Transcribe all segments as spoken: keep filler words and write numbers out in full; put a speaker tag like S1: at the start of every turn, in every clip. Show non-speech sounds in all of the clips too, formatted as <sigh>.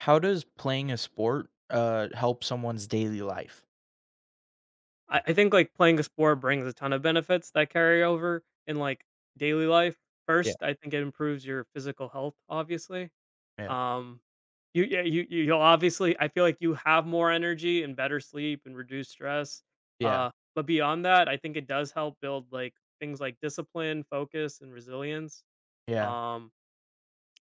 S1: How does playing a sport, uh, help someone's daily life?
S2: I I think, like, playing a sport brings a ton of benefits that carry over in, like, daily life.
S1: Yeah.
S2: First, I think it improves your physical health, obviously.
S1: Yeah,
S2: Um, you yeah, you you you'll obviously I feel like you have more energy and better sleep and reduced stress.
S1: yeah,
S2: Uh, but beyond that, I think it does help build, like, things like discipline, focus, and resilience.
S1: yeah,
S2: Um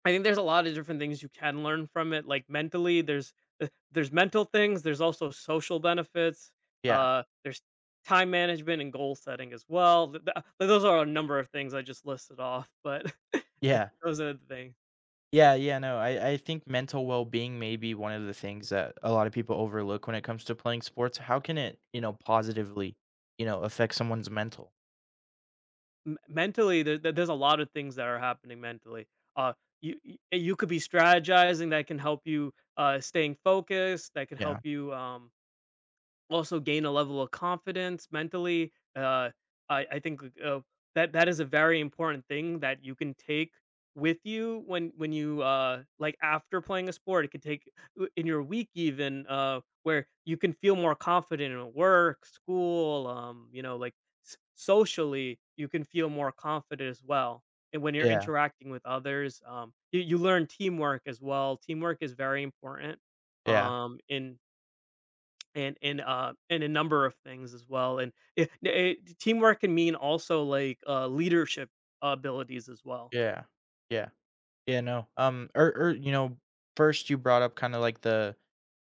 S2: I think there's a lot of different things you can learn from it, like, mentally, there's th there's mental things, there's also social benefits,
S1: yeah,
S2: uh, there's time management and goal setting as well, th th like, those are a number of things I just listed off, but
S1: yeah,
S2: <laughs> those are the things.
S1: yeah, yeah, no, I I think mental well-being may be one of the things that a lot of people overlook when it comes to playing sports. How can it, you know, positively, you know, affect someone's mental?
S2: M mentally, there there there's a lot of things that are happening mentally. Uh, you you you could be strategizing that can help you, uh, staying focused, that can help
S1: Yeah,
S2: you, um also gain a level of confidence mentally. Uh, I, I think like, uh, that that is a very important thing that you can take with you when when you uh like after playing a sport. It could take w- in your week even, uh where you can feel more confident in work, school, um, you know, like s- socially, you can feel more confident as well. And when you're
S1: yeah,
S2: interacting with others, um, you, you learn teamwork as well. Teamwork is very important
S1: yeah,
S2: um in and and uh and a number of things as well, and it, it, teamwork can mean also like uh leadership abilities as well.
S1: yeah, yeah, yeah, no, um, or or, you know, first you brought up kinda like the,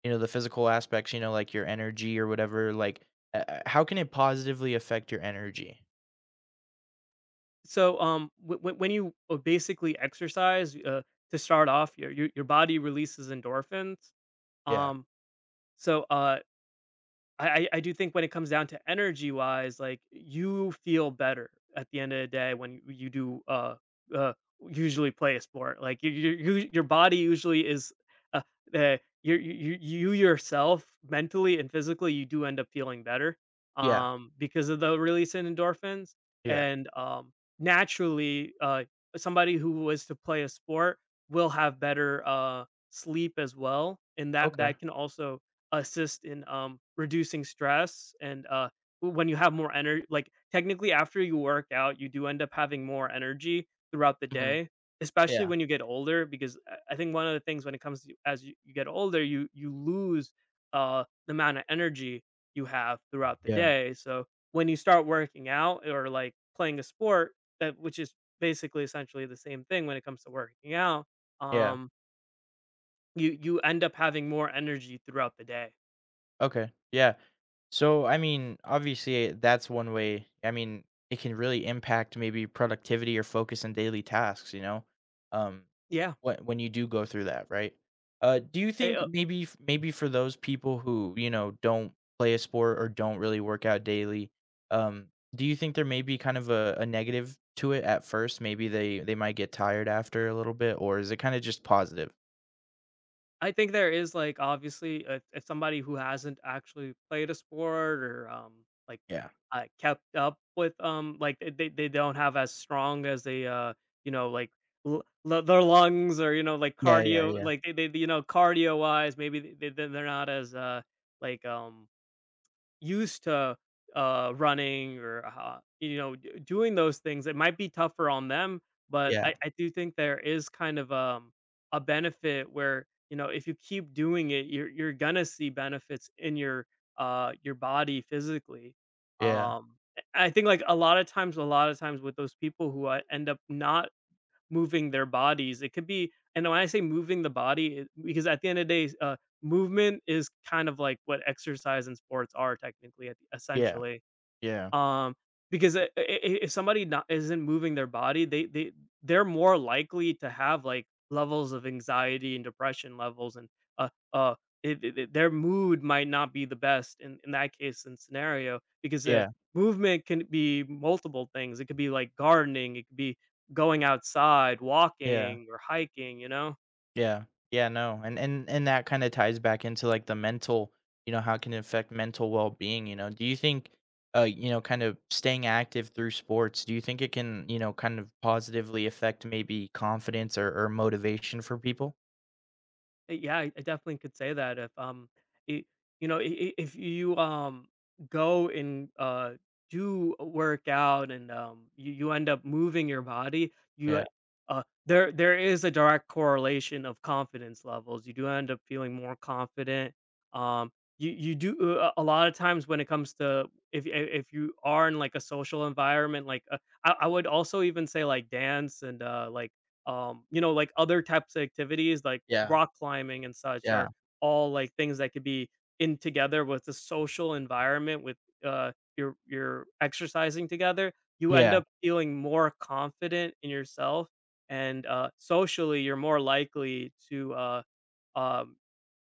S1: you know, the physical aspects, you know, like your energy or whatever, like, uh, uh, how can it positively affect your energy?
S2: So um w- w- when you uh, basically exercise uh to start off, your, your your body releases endorphins.
S1: Yeah.
S2: Um so uh I I I do think when it comes down to energy wise, like you feel better at the end of the day when you you do uh uh usually play a sport. Like you, you, you your body usually is uh, uh you, you you yourself mentally and physically, you do end up feeling better
S1: Yeah,
S2: um, because of the release in endorphins.
S1: yeah.
S2: And um naturally, uh somebody who was to play a sport will have better uh sleep as well, and that that
S1: Okay.
S2: can also assist in, um, reducing stress. And, uh, w when you have more energy, like, technically, after you work out, you do end up having more energy throughout the
S1: Mhm.
S2: day, especially
S1: Yeah,
S2: when you get older, because I I think one of the things when it comes to, as you you get older, you you lose, uh, the amount of energy you have throughout the
S1: yeah,
S2: day. So when you start working out or, like, playing a sport, that which is basically essentially the same thing when it comes to working out,
S1: yeah.
S2: um, you you end up having more energy throughout the day.
S1: Okay, yeah. So, I mean, obviously, eh, that's one way. I mean, it can really impact maybe productivity or focus in daily tasks, you know? Um,
S2: Yeah.
S1: when when you do go through that, right? Uh, do you
S2: I
S1: think
S2: uh,
S1: maybe f maybe for those people who, you know, don't play a sport or don't really work out daily, um, do you think there may be kind of a a negative to it at first? Maybe they they might get tired after a little bit, or is it kinda just positive?
S2: I think there is, like, obviously, uh, if somebody who hasn't actually played a sport or um like
S1: Yeah.
S2: uh, kept up with um, like they they they don't have as strong as they uh you know like l- l- their lungs, or you know, like,
S1: Yeah, yeah,
S2: cardio.
S1: yeah,
S2: Like they, they you know, cardio wise, maybe they they- they're not as uh like um used to uh, running or, uh, you know, d- doing those things, it might be tougher on them. But
S1: yeah,
S2: I, I do think there is kind of, um, a benefit where, you know, if you keep doing it, you're you're gonna see benefits in your, uh, your body physically.
S1: yeah,
S2: Um, I I think like a lot of times, a lot of times with those people who, uh, end up not moving their bodies, it could be, and when I say moving the body, it, because at the end of the day, uh, movement is kind of like what exercise and sports are technically, at-
S1: yeah,
S2: essentially.
S1: yeah,
S2: Um, because I I I if somebody not isn't moving their body, they they they're more likely to have, like, levels of anxiety and depression levels and, uh uh, it it it, their mood might not be the best in in that case and scenario, because, uh,
S1: yeah,
S2: movement can be multiple things. It could be, like, gardening, it could be going outside,
S1: yeah,
S2: walking, or hiking, you know?
S1: yeah, yeah, no, and and and that kinda ties back into, like, the mental. You know, how can it affect mental well-being, you know? Do you think, uh, you know, kind of staying active through sports, do you think it can, you know, kind of positively affect maybe confidence or or motivation for people?
S2: Uh, Yeah, I I definitely could say that if um it, you know, i- i- if you um go and uh do a workout, and um, you, you end up moving your body, you uh
S1: Yeah,
S2: uh, there there is a direct correlation of confidence levels. You do end up feeling more confident. Um you you do, uh, a a lot of times when it comes to, if i- if you are in like a social environment, like, uh, I, I would also even say, like, dance and uh like um, you know, like, other types of activities, like
S1: yeah,
S2: rock climbing and such
S1: yeah,
S2: are all, like, things that could be in together with the social environment. With, uh, you're you're exercising together, you end
S1: yeah,
S2: up feeling more confident in yourself, and, uh, socially, you're more likely to, uh, um,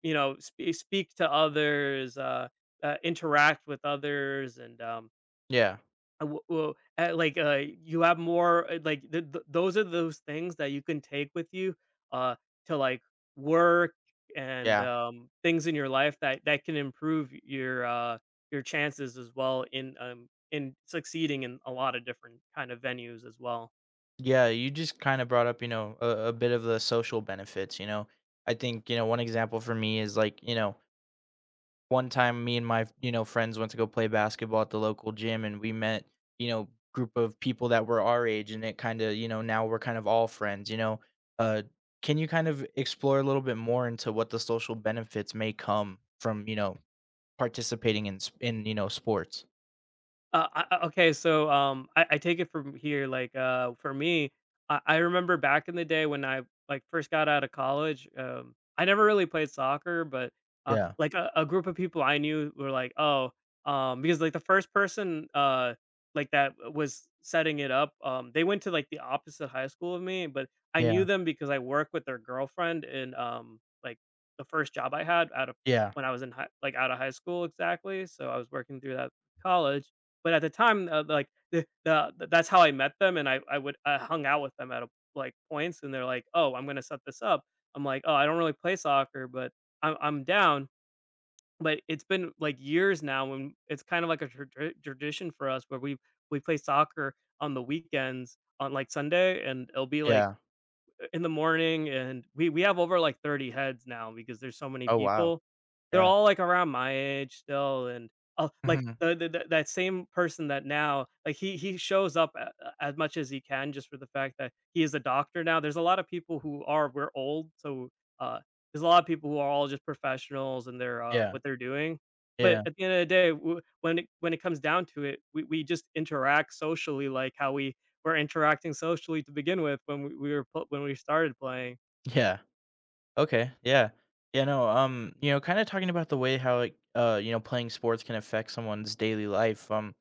S2: you know, sp speak to others, uh, uh, interact with others, and, um
S1: yeah,
S2: uh, w well, eh, like, uh, you have more, uh, like, th th those are those things that you can take with you, uh, to, like, work and,
S1: yeah,
S2: um, things in your life that that can improve your, uh, your chances as well in, um in succeeding in a lot of different kind of venues as well.
S1: yeah, you just kinda brought up, you know, a a bit of the social benefits, you know? I think, you know, one example for me is, like, you know, one time me and my, you know, friends went to go play basketball at the local gym and we met, you know, group of people that were our age, and it kinda, you know, now we're kind of all friends, you know? Uh, can you kind of explore a little bit more into what the social benefits may come from, you know, participating in s in, you know, sports?
S2: Uh, I I Okay, so, um, I I take it from here, like, uh, for me, I I remember back in the day when I, like, first got out of college. Um, I never really played soccer, but, uh,
S1: Yeah,
S2: like, a a group of people I knew were like, "Oh." Um, because, like, the first person, uh, like, that was setting it up, um, they went to, like, the opposite high school of me, but I knew
S1: yeah,
S2: them because I worked with their girlfriend in, um, like, the first job I had out of,
S1: yeah,
S2: when I was in high, like, out of high school exactly, so I was working through that college. But at the time, uh, like the the th- that's how I met them, and I I would I hung out with them at, a, like, points, and they're like, "Oh, I'm gonna set this up." I'm like, "Oh, I don't really play soccer, but I'm I'm down." But it's been like years now, when it's kind of like a tra- tradition for us where we we play soccer on the weekends on like Sunday, and it'll be like
S1: yeah.
S2: in the morning, and we we have over like thirty heads now because there's so many
S1: Oh, wow.
S2: people. They're
S1: Yeah.
S2: all like around my age still, and uh, like
S1: Mhm.
S2: the, the, the- that same person, that now like he he shows up a- a- as much as he can, just for the fact that he is a doctor now. There's a lot of people who are, we're old, so uh, there's a lot of people who are all just professionals and they're uh,
S1: Yeah,
S2: what they're doing. But
S1: yeah,
S2: at the end of the day, w- when it when it comes down to it, we, we just interact socially, like how we were interacting socially to begin with, when we, we were pl- when we started playing.
S1: yeah. Okay, yeah. Yeah, no, um, you know, kinda talking about the way how it, uh, you know, playing sports can affect someone's daily life. um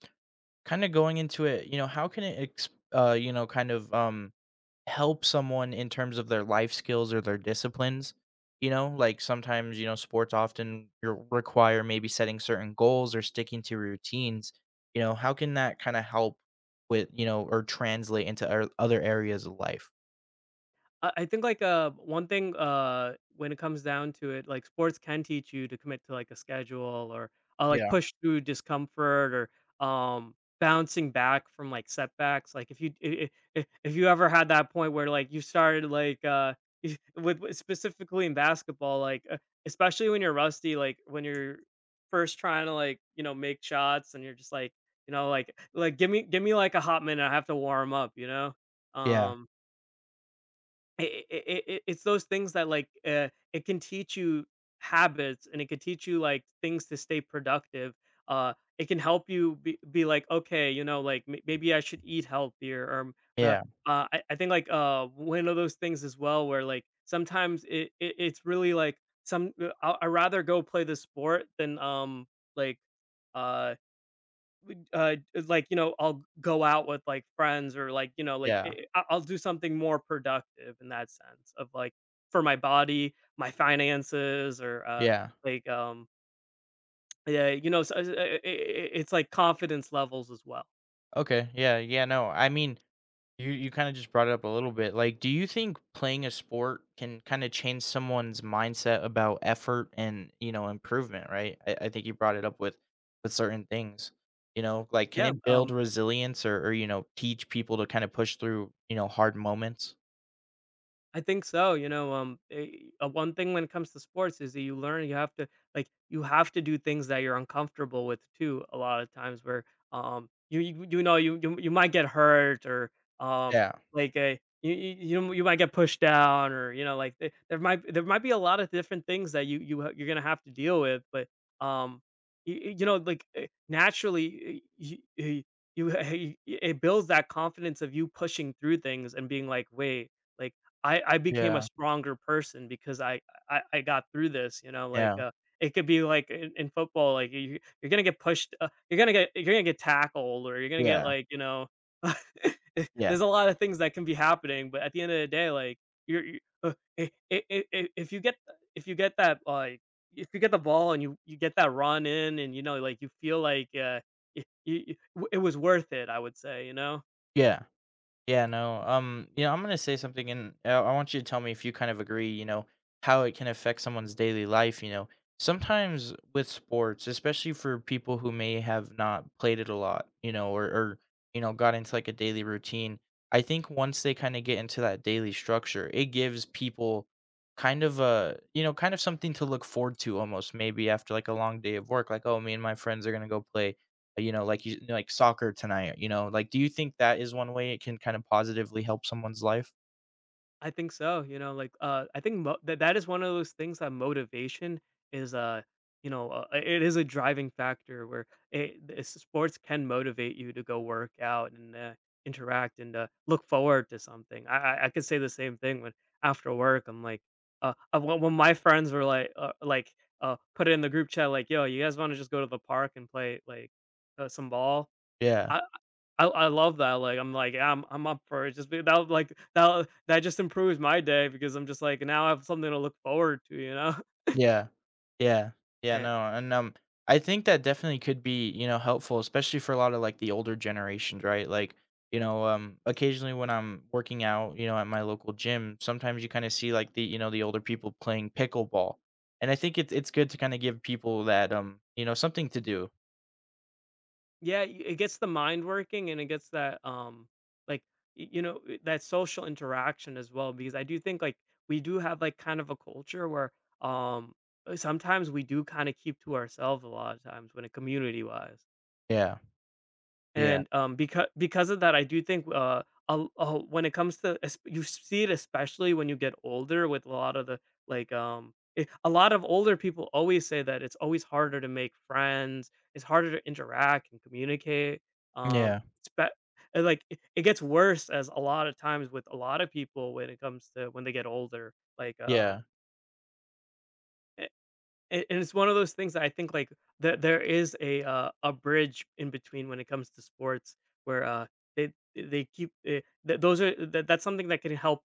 S1: kind of going into it, you know, how can it, ex- uh, you know, kind of um, help someone in terms of their life skills or their disciplines? You know, like sometimes, you know, sports often re- require maybe setting certain goals or sticking to routines. You know, how can that kind of help with, you know, or translate into ar- other areas of life?
S2: I I think like uh, one thing uh, when it comes down to it, like sports can teach you to commit to like a schedule, or uh, like
S1: Yeah.
S2: push through discomfort, or um, bouncing back from like setbacks. Like if you if, if if you ever had that point where like you started like uh <laughs> with with- specifically in basketball, like uh, especially when you're rusty, like when you're first trying to like, you know, make shots, and you're just like, you know, like, like give me give me like a hot minute, I have to warm up, you know.
S1: Yeah.
S2: Um, it, it, it, it- it's those things that like, uh, it can teach you habits, and it can teach you like things to stay productive. Uh, it can help you be, be like, okay, you know, like, m- maybe I should eat healthier, or um, uh,
S1: Yeah.
S2: uh, I, I think like uh, one of those things as well, where like sometimes it, it it's really like some uh, i i I'd rather go play the sport than um, like uh uh, like you know, I'll go out with like friends, or like, you know, like,
S1: Yeah.
S2: eh, I- I'll do something more productive in that sense of like, for my body, my finances, or uh
S1: Yeah.
S2: like um yeah, you know. So, uh, i- i- it's like confidence levels as well.
S1: Okay. Yeah. Yeah. No, I mean, You you kind of just brought it up a little bit. Like, do you think playing a sport can kind of change someone's mindset about effort and, you know, improvement? Right. I, I think you brought it up with with certain things. You know, like, can
S2: Yeah
S1: it build
S2: um,
S1: resilience, or, or you know, teach people to kind of push through, you know, hard moments?
S2: I think so. You know, um, eh, uh, one thing when it comes to sports is that you learn you have to, like you have to do things that you're uncomfortable with too. A lot of times where um you you, you know you, you you might get hurt or um
S1: Yeah.
S2: like a you, you you know, you might get pushed down or you know like there, there might there might be a lot of different things that you you ha- you're gonna have to deal with. But um you, you know like eh, Naturally you you <laughs> it builds that confidence of you pushing through things and being like wait like I I became a
S1: Yeah.
S2: stronger person because I I I got through this, you know, like,
S1: Yeah.
S2: uh, It could be like in, in football, like you you're gonna get pushed, uh, you're gonna get you're gonna get tackled, or you're gonna get
S1: Yeah.
S2: like you know, <laughs>
S1: Yeah.
S2: there's a lot of things that can be happening. But at the end of the day, like you're, you uh, I I I I- if you get if you get that like if you get the ball and you you get that run in, and you know, like you feel like uh, y- y- y- w- it was worth it, I would say, you know.
S1: Yeah. Yeah, no. Um, you know, I'm gonna say something, and I I want you to tell me if you kind of agree. You know, how it can affect someone's daily life. You know, sometimes with sports, especially for people who may have not played it a lot, you know, or or you know, got into like a daily routine. I think once they kind of get into that daily structure, it gives people kind of a, you know, kind of something to look forward to, almost maybe after like a long day of work, like, oh, me and my friends are going to go play, uh, you know, like you like soccer tonight, you know, like, do you think that is one way it can kind of positively help someone's life?
S2: I think so, you know, like, uh, I think mo that that is one of those things that motivation is, uh, you know, uh, it is a driving factor where it it's sports can motivate you to go work out and, uh, interact and, uh, look forward to something. I I I could say the same thing when after work, I'm like, uh, uh, when when my friends were like, uh, like, uh, put it in the group chat, like, "Yo, you guys wanna just go to the park and play, like, uh, some ball?"
S1: Yeah.
S2: I I love that, like, I'm like, "Yeah, I'm I'm up for it, just be that like, that that just improves my day because I'm just like, now I have something to look forward to, you know? <laughs>
S1: Yeah. Yeah. Yeah,
S2: And
S1: no, and, um, I think that definitely could be, you know, helpful, especially for a lot of, like, the older generations, right? Like, you know, um, occasionally when I'm working out, you know, at my local gym, sometimes you kinda see, like, the, you know, the older people playing pickleball, and I think it's it's good to kinda give people that, um, you know, something to do.
S2: yeah, y it gets the mind working and it gets that, um, like, y you know, eh, that social interaction as well because I do think, like, we do have, like, kind of a culture where, um, uh, sometimes we do kinda keep to ourselves a lot of times when it community-wise.
S1: Yeah. Yeah.
S2: And, um, becau because of that, I do think, uh, a uh, when it comes to es you see it especially when you get older with a lot of the, like, um eh, a lot of older people always say that it's always harder to make friends, it's harder to interact and communicate, um,
S1: Yeah.
S2: it's be and, like, it it gets worse as a lot of times with a lot of people when it comes to when they get older, like,
S1: Yeah.
S2: um, and and it's one of those things that I think, like, that there is a, uh, a bridge in between when it comes to sports where, uh, they they keep eh, th those are that that's something that can help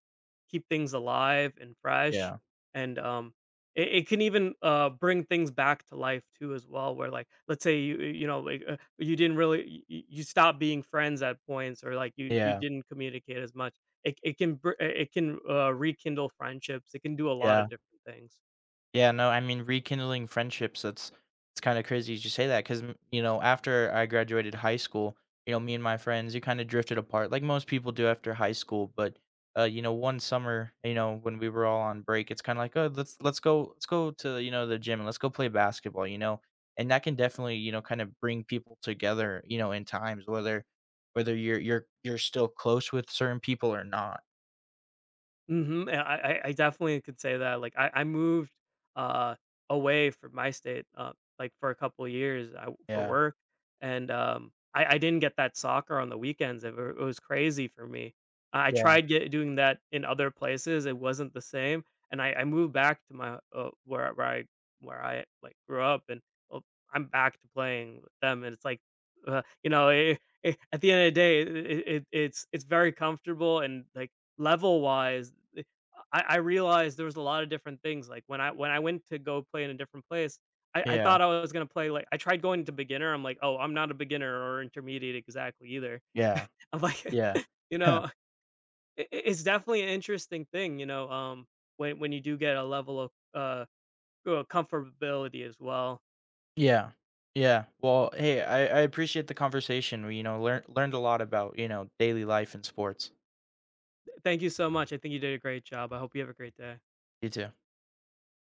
S2: keep things alive and fresh,
S1: Yeah.
S2: and, um, it it can even, uh, bring things back to life too as well, where, like, let's say you you know, like, uh, you didn't really y you stopped being friends at points or, like, you you
S1: Yeah.
S2: didn't communicate as much. It it can br it it can, uh, rekindle friendships. It can do a lot of
S1: Yeah.
S2: different things.
S1: Yeah, no, I mean, rekindling friendships, that's it's kinda crazy you should say that, because you know, after I graduated high school, you know, me and my friends, we kinda drifted apart like most people do after high school, but, uh, you know, one summer, you know, when we were all on break, it's kinda like, "Oh, let's let's go let's go to, you know, the gym and let's go play basketball," you know? And that can definitely, you know, kind of bring people together, you know, in times, whether whether you're you're you're still close with certain people or not.
S2: Mhm, and I I I definitely could say that, like, I I moved, uh, away from my state, uh, like, for a couple of years, I for
S1: Yeah.
S2: work, and, um, I I didn't get that soccer on the weekends, it wa it was crazy for me. I I
S1: Yeah.
S2: tried get doing that in other places, it wasn't the same, and I I moved back to my, uh where where I where I, like, grew up, and, well, I'm back to playing with them, and it's like, uh, you know, eh eh, at the end of the day, it it it's it's very comfortable and, like, level wise, I I realized there was a lot of different things, like, when I when I went to go play in a different place, I I
S1: Yeah.
S2: thought I was gonna play, like I tried going to beginner, I'm like, "Oh, I'm not a beginner or intermediate exactly either."
S1: Yeah.
S2: <laughs> I'm like,
S1: Yeah.
S2: <laughs> you
S1: <laughs>
S2: know, it it's definitely an interesting thing, you know, um, when when you do get a level of, uh, uh, comfortability as well.
S1: Yeah. Yeah. Well, hey, I, I appreciate the conversation. We, you know, learned learned a lot about, you know, daily life and sports.
S2: Thank you so much, I think you did a great job, I hope you have a great day.
S1: You too.